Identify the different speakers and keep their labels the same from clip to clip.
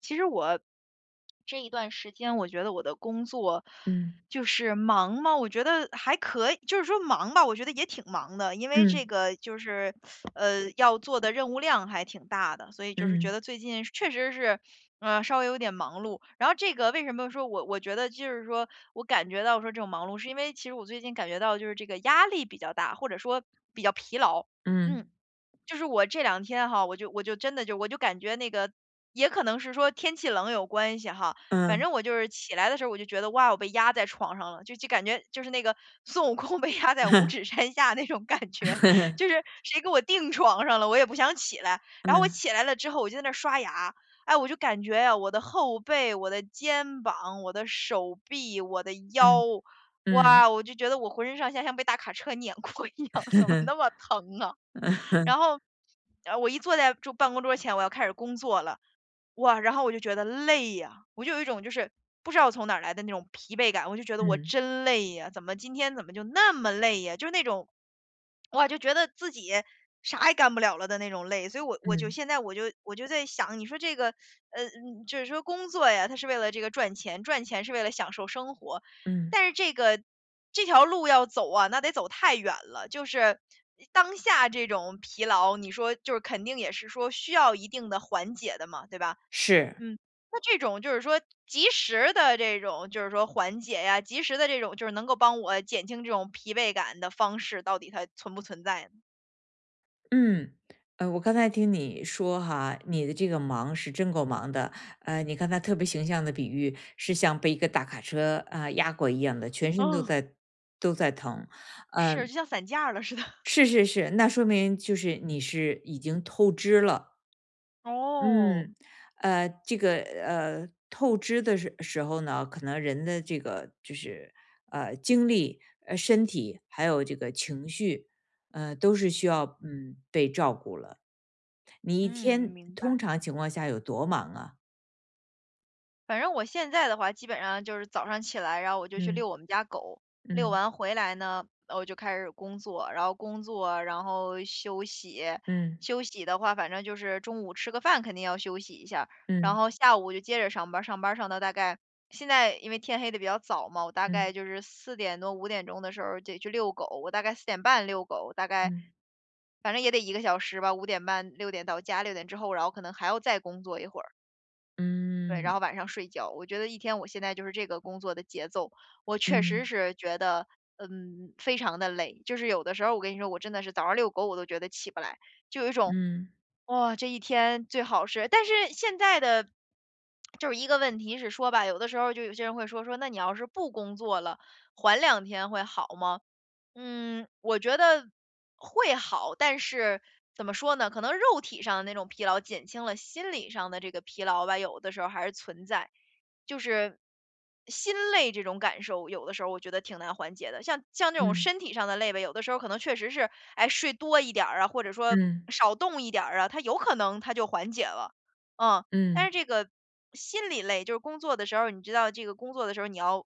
Speaker 1: 其实我这一段时间，我觉得我的工作
Speaker 2: 嗯
Speaker 1: 就是忙嘛，我觉得还可以，就是说忙吧，我觉得也挺忙的，因为这
Speaker 2: 嗯
Speaker 1: 个就是要做的任务量还挺大的，所以就是觉
Speaker 2: 嗯
Speaker 1: 得最近确实是稍微有点忙碌。然后这个为什么说我觉得就是说我感觉到说这种忙碌，是因为其实我最近感觉到就是这个压力比较大，或者说比较疲劳。
Speaker 2: 嗯
Speaker 1: 嗯。就是我这两天哈，我就我就真的就我就感觉那个也可能是说天气冷有关系哈，反
Speaker 2: 嗯，
Speaker 1: 正我就是起来的时候我就觉得，哇，我被压在床上了，就感觉就是那个孙悟空 被压在五指 山下那种感觉，就是谁给我定床上了，我也不想起来。然后我
Speaker 2: 嗯
Speaker 1: 起来了之后，我就在那儿刷牙，哎，我就感觉呀，我的后背、我的肩膀、我的手臂、我的腰，
Speaker 2: 嗯嗯
Speaker 1: 哇，我就觉得我浑身上下像被大卡车碾 过一样，怎么那么 疼啊？然后，我一坐在就办公桌前，我要开始工作了。哇，然后我就觉得累呀，我就有一种就是不知道从哪儿来的那种疲惫感，我就觉得我
Speaker 2: 嗯
Speaker 1: 真累呀，怎么今天怎么就那么累呀？就是那种，哇，就觉得自己啥也干不了了的那种累。所以我我就
Speaker 2: 嗯
Speaker 1: 现在我就我就在想，你说这个，就是说工作呀，它是为了这个赚钱，赚钱是为了享受生活，
Speaker 2: 嗯，
Speaker 1: 但是这个这条路要走啊，那得走太远了，就是。当下这种疲劳，你说就是肯定也是说需要一定的缓解的嘛，对吧？
Speaker 2: 是，
Speaker 1: 嗯，那这种就是说及时的这种就是说缓解呀，及时的这种就是能够帮我减轻这种疲惫感的方式，到底它存不存在呢？
Speaker 2: 嗯，我刚才听你说哈，你的这个忙是真够忙的。你看他特别形象的比喻是像被一个大卡车啊、压过一样的，全身都
Speaker 1: 哦，
Speaker 2: 在都在疼。呃，
Speaker 1: 是，就像散架了似的。
Speaker 2: 是是是，那说明就是你是已经透支了。
Speaker 1: 哦，
Speaker 2: 嗯，这个透支的时候呢，可能人的这个就是精力、身体还有这个情绪，都是需要被照顾了。你一
Speaker 1: 嗯，
Speaker 2: 天
Speaker 1: 明
Speaker 2: 通
Speaker 1: 白。
Speaker 2: 常情况下有多忙啊？
Speaker 1: 反正我现在的话，基本上就是早上起来，然后我就去
Speaker 2: 嗯
Speaker 1: 遛我们家狗，遛
Speaker 2: 嗯
Speaker 1: 完回来呢，我就开始工作，然后工作，然后休息，
Speaker 2: 嗯
Speaker 1: 休息的话，反正就是中午吃个饭，肯定要休息一下，然
Speaker 2: 嗯
Speaker 1: 后下午就接着上班儿上到大概现在，因为天黑的比较早嘛，我大
Speaker 2: 嗯
Speaker 1: 概就是4点多5点钟的时候得去遛狗，我大概4点半遛狗，大概
Speaker 2: 嗯
Speaker 1: 反正也得一个小时吧，5点半6点到家，六点之后，然后可能还要再工作一会儿。对，然
Speaker 2: 嗯
Speaker 1: 后晚上睡觉。我觉得一天我现在就是这个工作的节奏，我确实
Speaker 2: 嗯
Speaker 1: 是觉得，非常的累。就是有的时候我跟你说，我真的是早上遛狗我都觉得起不来，就有一种
Speaker 2: 嗯
Speaker 1: 哇、这一天最好是。但是现在的就是一个问题是说吧，有的时候就有些人会说说，那你要是不工作了，缓两天会好吗？嗯，我觉得会好，但是怎么说呢？可能肉体上的那种疲劳减轻了，心理上的这个疲劳吧，有的时候还是存在。就是心累这种感受，有的时候我觉得挺难缓解的。像这种
Speaker 2: 嗯
Speaker 1: 身体上的累呗，有的时候可能确实是，哎，睡多一点儿啊，或者说
Speaker 2: 嗯
Speaker 1: 少动一点儿啊，它有可能它就缓解了。嗯，但
Speaker 2: 嗯，
Speaker 1: 是这个心理累，就是工作的时候，你知道这个工作的时候你要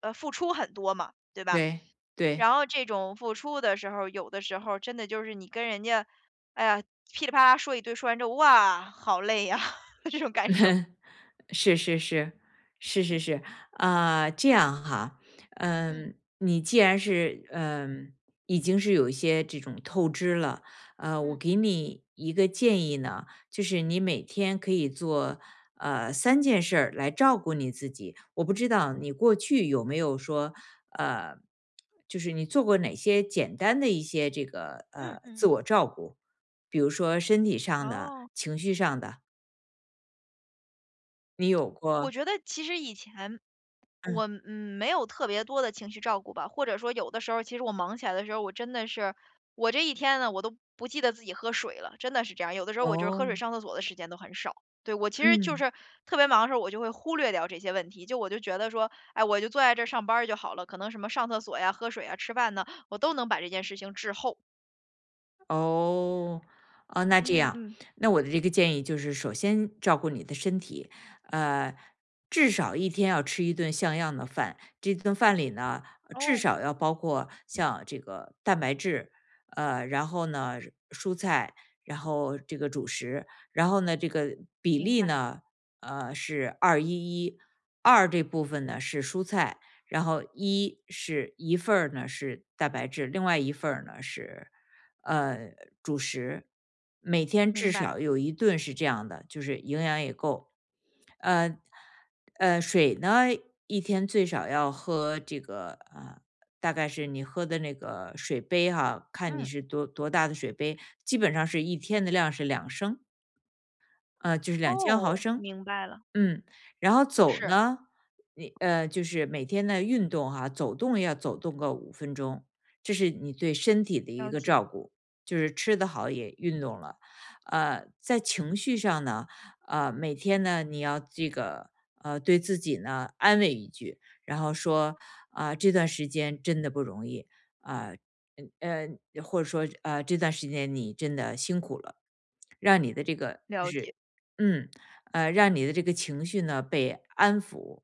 Speaker 1: 付出很多嘛，对吧？
Speaker 2: 对对。
Speaker 1: 然后这种付出的时候，有的时候真的就是你跟人家，哎呀，噼里啪啦说一堆，说完之后，哇，好累呀，这种感受。
Speaker 2: 是是是，是是是，啊，这样哈。
Speaker 1: 嗯
Speaker 2: 嗯，你既然是已经是有一些这种透支了。我
Speaker 1: 嗯
Speaker 2: 给你一个建议呢，就是你每天可以做三件事儿来照顾你自己。我不知道你过去有没有说呃，就是你做过哪些简单的一些这个
Speaker 1: 嗯嗯
Speaker 2: 自
Speaker 1: 嗯，
Speaker 2: 我照顾，比如说身体上的、
Speaker 1: 哦。
Speaker 2: 情绪上的，你有
Speaker 1: 我
Speaker 2: 过。
Speaker 1: 觉得其实以前
Speaker 2: 嗯，
Speaker 1: 我没有特别多的情绪照顾吧，或者说有的时候，其实我忙起来的时候，我真的是我这一天呢，我都不记得自己喝水了，真的是这样。有的时候我就是喝水、
Speaker 2: 哦，
Speaker 1: 上厕所的时间都很少。对我其实就
Speaker 2: 嗯，
Speaker 1: 是特别忙的时候，我就会忽略掉这些问题，就我就觉得说，哎，我就坐在这儿上班儿就好了，可能什么上厕所呀、喝水呀、吃饭呢，我都能把这件事情滞后。
Speaker 2: 哦，哦，那这
Speaker 1: 嗯
Speaker 2: 样，
Speaker 1: 嗯，
Speaker 2: 那我的这个建议就是，首先照顾你的身体。呃，至少一天要吃一顿像样的饭。这顿饭里呢，至
Speaker 1: 哦，
Speaker 2: 少要包括像这个蛋白质，然后呢，蔬菜，然后这个主食。然后呢，这个比
Speaker 1: 明
Speaker 2: 例
Speaker 1: 白
Speaker 2: 呢，是2:1:1。二这部分呢是蔬菜，然后一是一份儿呢是蛋白质，另外一份儿呢是呃，主食。每天至
Speaker 1: 明白，
Speaker 2: 少有一顿是这样的，就是营养也够。呃，水呢，一天最少要喝这个大概是你喝的那个水杯哈，看你
Speaker 1: 嗯，
Speaker 2: 是多大的水杯，基本上是一天的量是2升，就是两千毫
Speaker 1: 哦，
Speaker 2: 升。
Speaker 1: 明白了，
Speaker 2: 嗯，然后走
Speaker 1: 是，
Speaker 2: 呢，你就是每天的运动哈、走动要走动个5分钟。这是你对身体的一
Speaker 1: 了
Speaker 2: 个
Speaker 1: 解
Speaker 2: 照顾，就是吃得好也运动了。在情绪上呢，每天呢你要这个对自己呢安慰一句，然后说啊、这段时间真的不容易啊。嗯呃，或者说这段时间你真的辛苦了，让你的这个就
Speaker 1: 了解。
Speaker 2: 是嗯让你的这个情绪呢被安抚。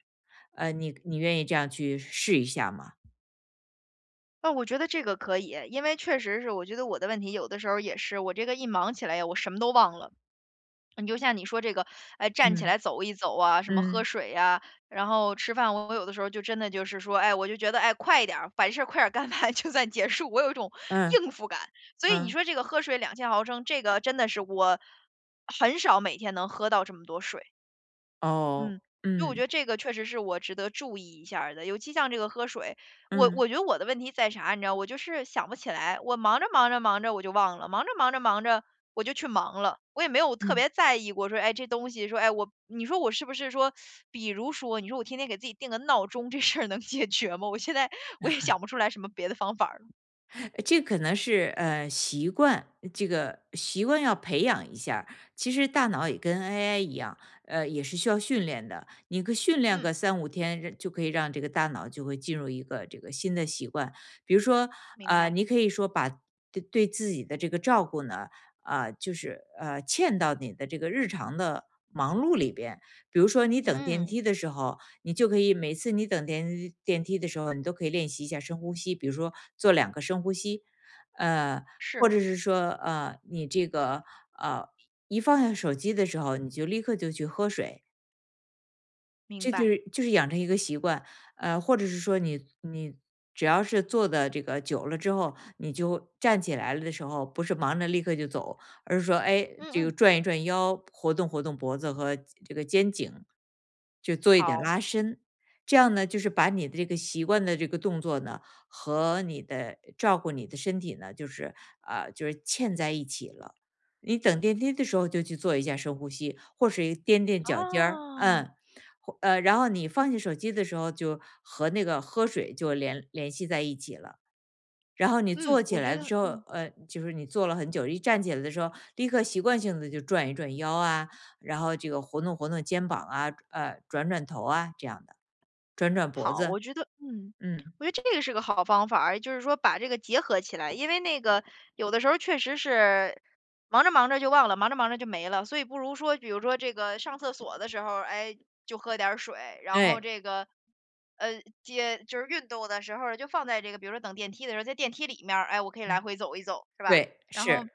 Speaker 2: 你愿意这样去试一下吗？
Speaker 1: 啊，我觉得这个可以，因为确实是我觉得我的问题有的时候也是，我这个一忙起来呀，我什么都忘了。你就像你说这个，哎，站起
Speaker 2: 嗯
Speaker 1: 来走一走啊，什么喝
Speaker 2: 嗯
Speaker 1: 水呀、然后吃饭，我有的时候就真的就是说，哎，我就觉得，哎，快一点儿，把这事儿快点儿干完 就算结束，我有一种
Speaker 2: 嗯
Speaker 1: 应付感。所以你
Speaker 2: 嗯，
Speaker 1: 说这个喝水2000毫升，这个真的是我很少每天能喝到这么多水。
Speaker 2: 哦，
Speaker 1: 嗯，所以我觉
Speaker 2: 嗯
Speaker 1: 得这个确实是我值得注意一下儿的，尤其像这个喝水，我
Speaker 2: 嗯
Speaker 1: 我觉得我的问题在啥，你知道，我就是想不起来，我忙着忙着忙着我就忘了，忙着忙着忙着我就去忙了，我也没有特
Speaker 2: 嗯。
Speaker 1: 别在意过说，哎，这东西说，哎，我你说我是不是说，比如说，你说我天天给自己定个闹钟，这事儿能解决吗？我现在我也想不出来什么别的方法儿了。
Speaker 2: 这可能是习惯，这个习惯要培养一下儿。其实大脑也跟 AI 一样，也是需要训练的。你可训练
Speaker 1: 嗯，
Speaker 2: 个三五天，就可以让这个大脑就会进入一个这个新的习惯。比如说，
Speaker 1: 明
Speaker 2: 啊，
Speaker 1: 白，
Speaker 2: 你可以说把对自己的这个照顾呢，啊、就是嵌到你的这个日常的忙碌里边。比如说，你等电
Speaker 1: 嗯，
Speaker 2: 梯的时候，你就可以每次你等电梯的时候，你都可以练习一下深呼吸，比如说做两个深呼吸。呃，
Speaker 1: 是，
Speaker 2: 或者是说，你这个，呃，一放下手机的时候，你就立刻就去喝水，
Speaker 1: 明
Speaker 2: 这就
Speaker 1: 白，
Speaker 2: 是就是养成一个习惯。或者是说你只要是坐的这个久了之后，你就站起来了的时候，不是忙着立刻就走，而是说，哎，
Speaker 1: 嗯
Speaker 2: 这个
Speaker 1: 嗯，
Speaker 2: 转一转腰，活动活动脖子和这个肩颈，就做一点
Speaker 1: 好
Speaker 2: 拉伸。这样呢，就是把你的这个习惯的这个动作呢，和你的照顾你的身体呢，就是嵌在一起了。你等电梯的时候就去做一下深呼吸，或是掂掂脚尖儿，
Speaker 1: 啊，
Speaker 2: 嗯，然后你放下手机的时候，就和那个喝水就联系在一起了。然后你坐
Speaker 1: 嗯，
Speaker 2: 起
Speaker 1: 我
Speaker 2: 来
Speaker 1: 觉
Speaker 2: 了
Speaker 1: 得，
Speaker 2: 之后，就是你坐了很久，一站起来的时候，立刻习惯性的就转一转腰啊，然后这个活动活动肩膀啊，转转头啊，这样的，转转脖
Speaker 1: 好，
Speaker 2: 子。
Speaker 1: 我觉得
Speaker 2: 嗯，
Speaker 1: 我觉得这个是个好方法儿，就是说把这个结合起来。因为那个有的时候确实是忙着忙着就忘了，忙着忙着就没了，所以不如说，比如说这个上厕所的时候，哎，就喝点儿水，然后
Speaker 2: 哎，
Speaker 1: 这个。接就是运动的时候，就放在这个，比如说等电梯的时候，在电梯里面儿，哎，我可以来
Speaker 2: 嗯，
Speaker 1: 回走一走，是吧？
Speaker 2: 对，
Speaker 1: 然后
Speaker 2: 是，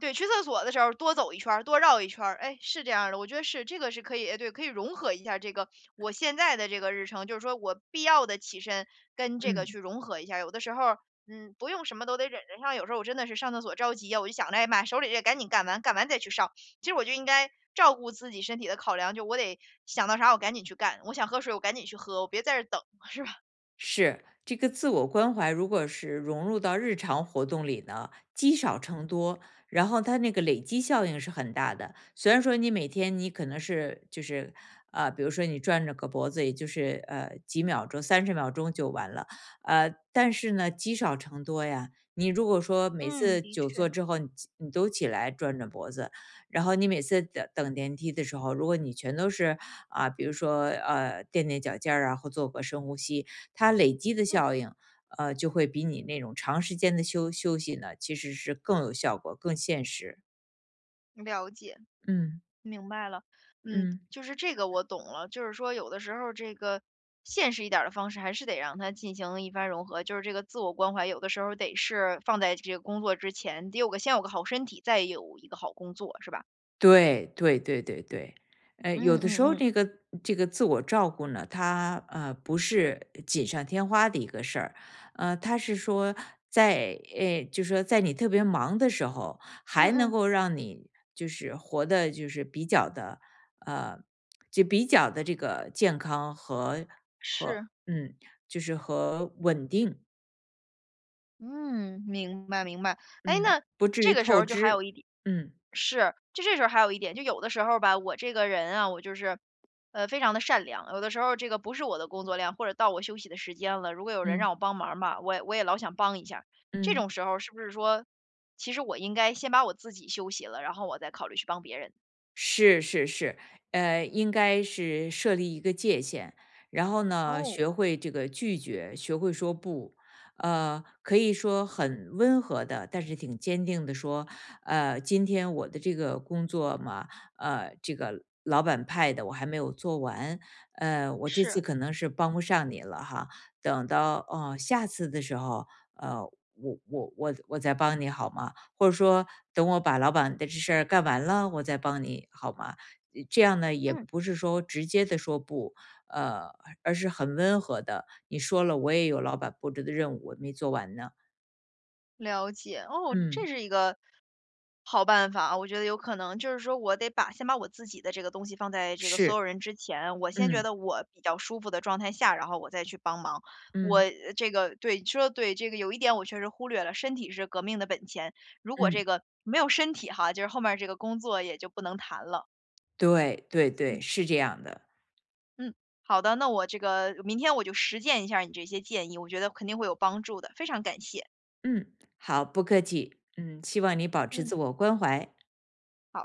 Speaker 1: 对，去厕所的时候多走一圈儿，多绕一圈儿，哎，是这样儿的，我觉得是这个是可以，哎，对，可以融合一下这个我现在的这个日程，就是说我必要的起身跟这个
Speaker 2: 嗯。
Speaker 1: 去融合一下。有的时候，嗯，不用什么都得忍着，像有时候我真的是上厕所着急呀，我就想着，哎呀妈，手里这赶紧干完，干完再去上。其实我就应该照顾自己身体的考量，就我得想到啥我赶紧去干，我想喝水我赶紧去喝，我别在这儿等，是吧？
Speaker 2: 是这个自我关怀，如果是融入到日常活动里呢，积少成多，然后它那个累积效应是很大的。虽然说你每天你可能是比如说你转着个脖子，也就是几秒钟、30秒钟就完了。但是呢，积少成多呀。你如果说每
Speaker 1: 嗯，
Speaker 2: 次
Speaker 1: 的
Speaker 2: 久坐
Speaker 1: 确，
Speaker 2: 之后，你都起来转转脖子，然后你每次等电梯的时候，如果你全都是啊、比如说垫垫脚尖儿啊，或做个深呼吸，它累积的
Speaker 1: 嗯，
Speaker 2: 效应，就会比你那种长时间的休息呢，其实是更有效果、更现实。
Speaker 1: 了解。
Speaker 2: 嗯
Speaker 1: 明白了，嗯，
Speaker 2: 嗯，
Speaker 1: 就是这个我懂了，就是说有的时候这个现实一点儿的方式，还是得让他进行一番融合，就是这个自我关怀，有的时候得是放在这个工作之前，得有个先有个好身体，再有一个好工作，是吧？
Speaker 2: 对对对对对。
Speaker 1: 嗯
Speaker 2: 有的
Speaker 1: 嗯
Speaker 2: 时候
Speaker 1: 嗯
Speaker 2: 这个自我照顾呢，它不是锦上添花的一个事儿。它是说就说在你特别忙的时候，
Speaker 1: 嗯
Speaker 2: 还能
Speaker 1: 嗯，
Speaker 2: 够让你就是活的，就是比较的呃，就比较的这个健康和
Speaker 1: 是。
Speaker 2: 嗯，就是和稳定，
Speaker 1: 嗯，明白明白。哎，
Speaker 2: 嗯，
Speaker 1: 那
Speaker 2: 不至
Speaker 1: 这
Speaker 2: 于
Speaker 1: 个时
Speaker 2: 透
Speaker 1: 候就还有
Speaker 2: 支。
Speaker 1: 一点
Speaker 2: 嗯，
Speaker 1: 是，就这时候还有一点，就有的时候吧，我这个人啊，我就是，非常的善良，有的时候这个不是我的工作量，或者到我休息的时间了，如果有人
Speaker 2: 嗯
Speaker 1: 让我帮忙吧，我也老想帮一下。这
Speaker 2: 嗯。
Speaker 1: 种时候是不是说，其实我应该先把我自己休息了，然后我再考虑去帮别人？
Speaker 2: 是是是。应该是设立一个界限，然后呢，
Speaker 1: 哦，
Speaker 2: 学会这个拒绝，学会说不。可以说很温和的，但是挺坚定的说，今天我的这个工作嘛，这个老板派的我还没有做完，我这
Speaker 1: 是。
Speaker 2: 次可能是帮不上你了哈，等到下次的时候，呃，我再帮你好吗？或者说等我把老板的这事儿干完了，我再帮你好吗？这样呢，也
Speaker 1: 嗯。
Speaker 2: 不是说直接的说不。呃，而是很温和的。你说了，我也有老板布置的任务，我没做完呢。
Speaker 1: 了解，哦，这
Speaker 2: 嗯，
Speaker 1: 是一个好办法啊，我觉得有可能就是说我得把先把我自己的这个东西放在这个所
Speaker 2: 是，
Speaker 1: 有人之前，我先觉
Speaker 2: 嗯
Speaker 1: 得我比较舒服的状态下，然后我再去帮忙。我
Speaker 2: 嗯
Speaker 1: 呃这个对，你说的对，这个有一点我确实忽略了，身体是革命的本钱，如果这
Speaker 2: 嗯，
Speaker 1: 个没有身体哈，就是后面儿这个工作也就不能谈了。
Speaker 2: 对对
Speaker 1: 嗯
Speaker 2: 对，是这样的。
Speaker 1: 嗯，好的，那我这个明天我就实践一下儿你这些建议，我觉得肯定会有帮助的，非常感谢。
Speaker 2: 嗯，好，不客气。嗯，希望你保持
Speaker 1: 嗯，
Speaker 2: 自我关怀。
Speaker 1: 好。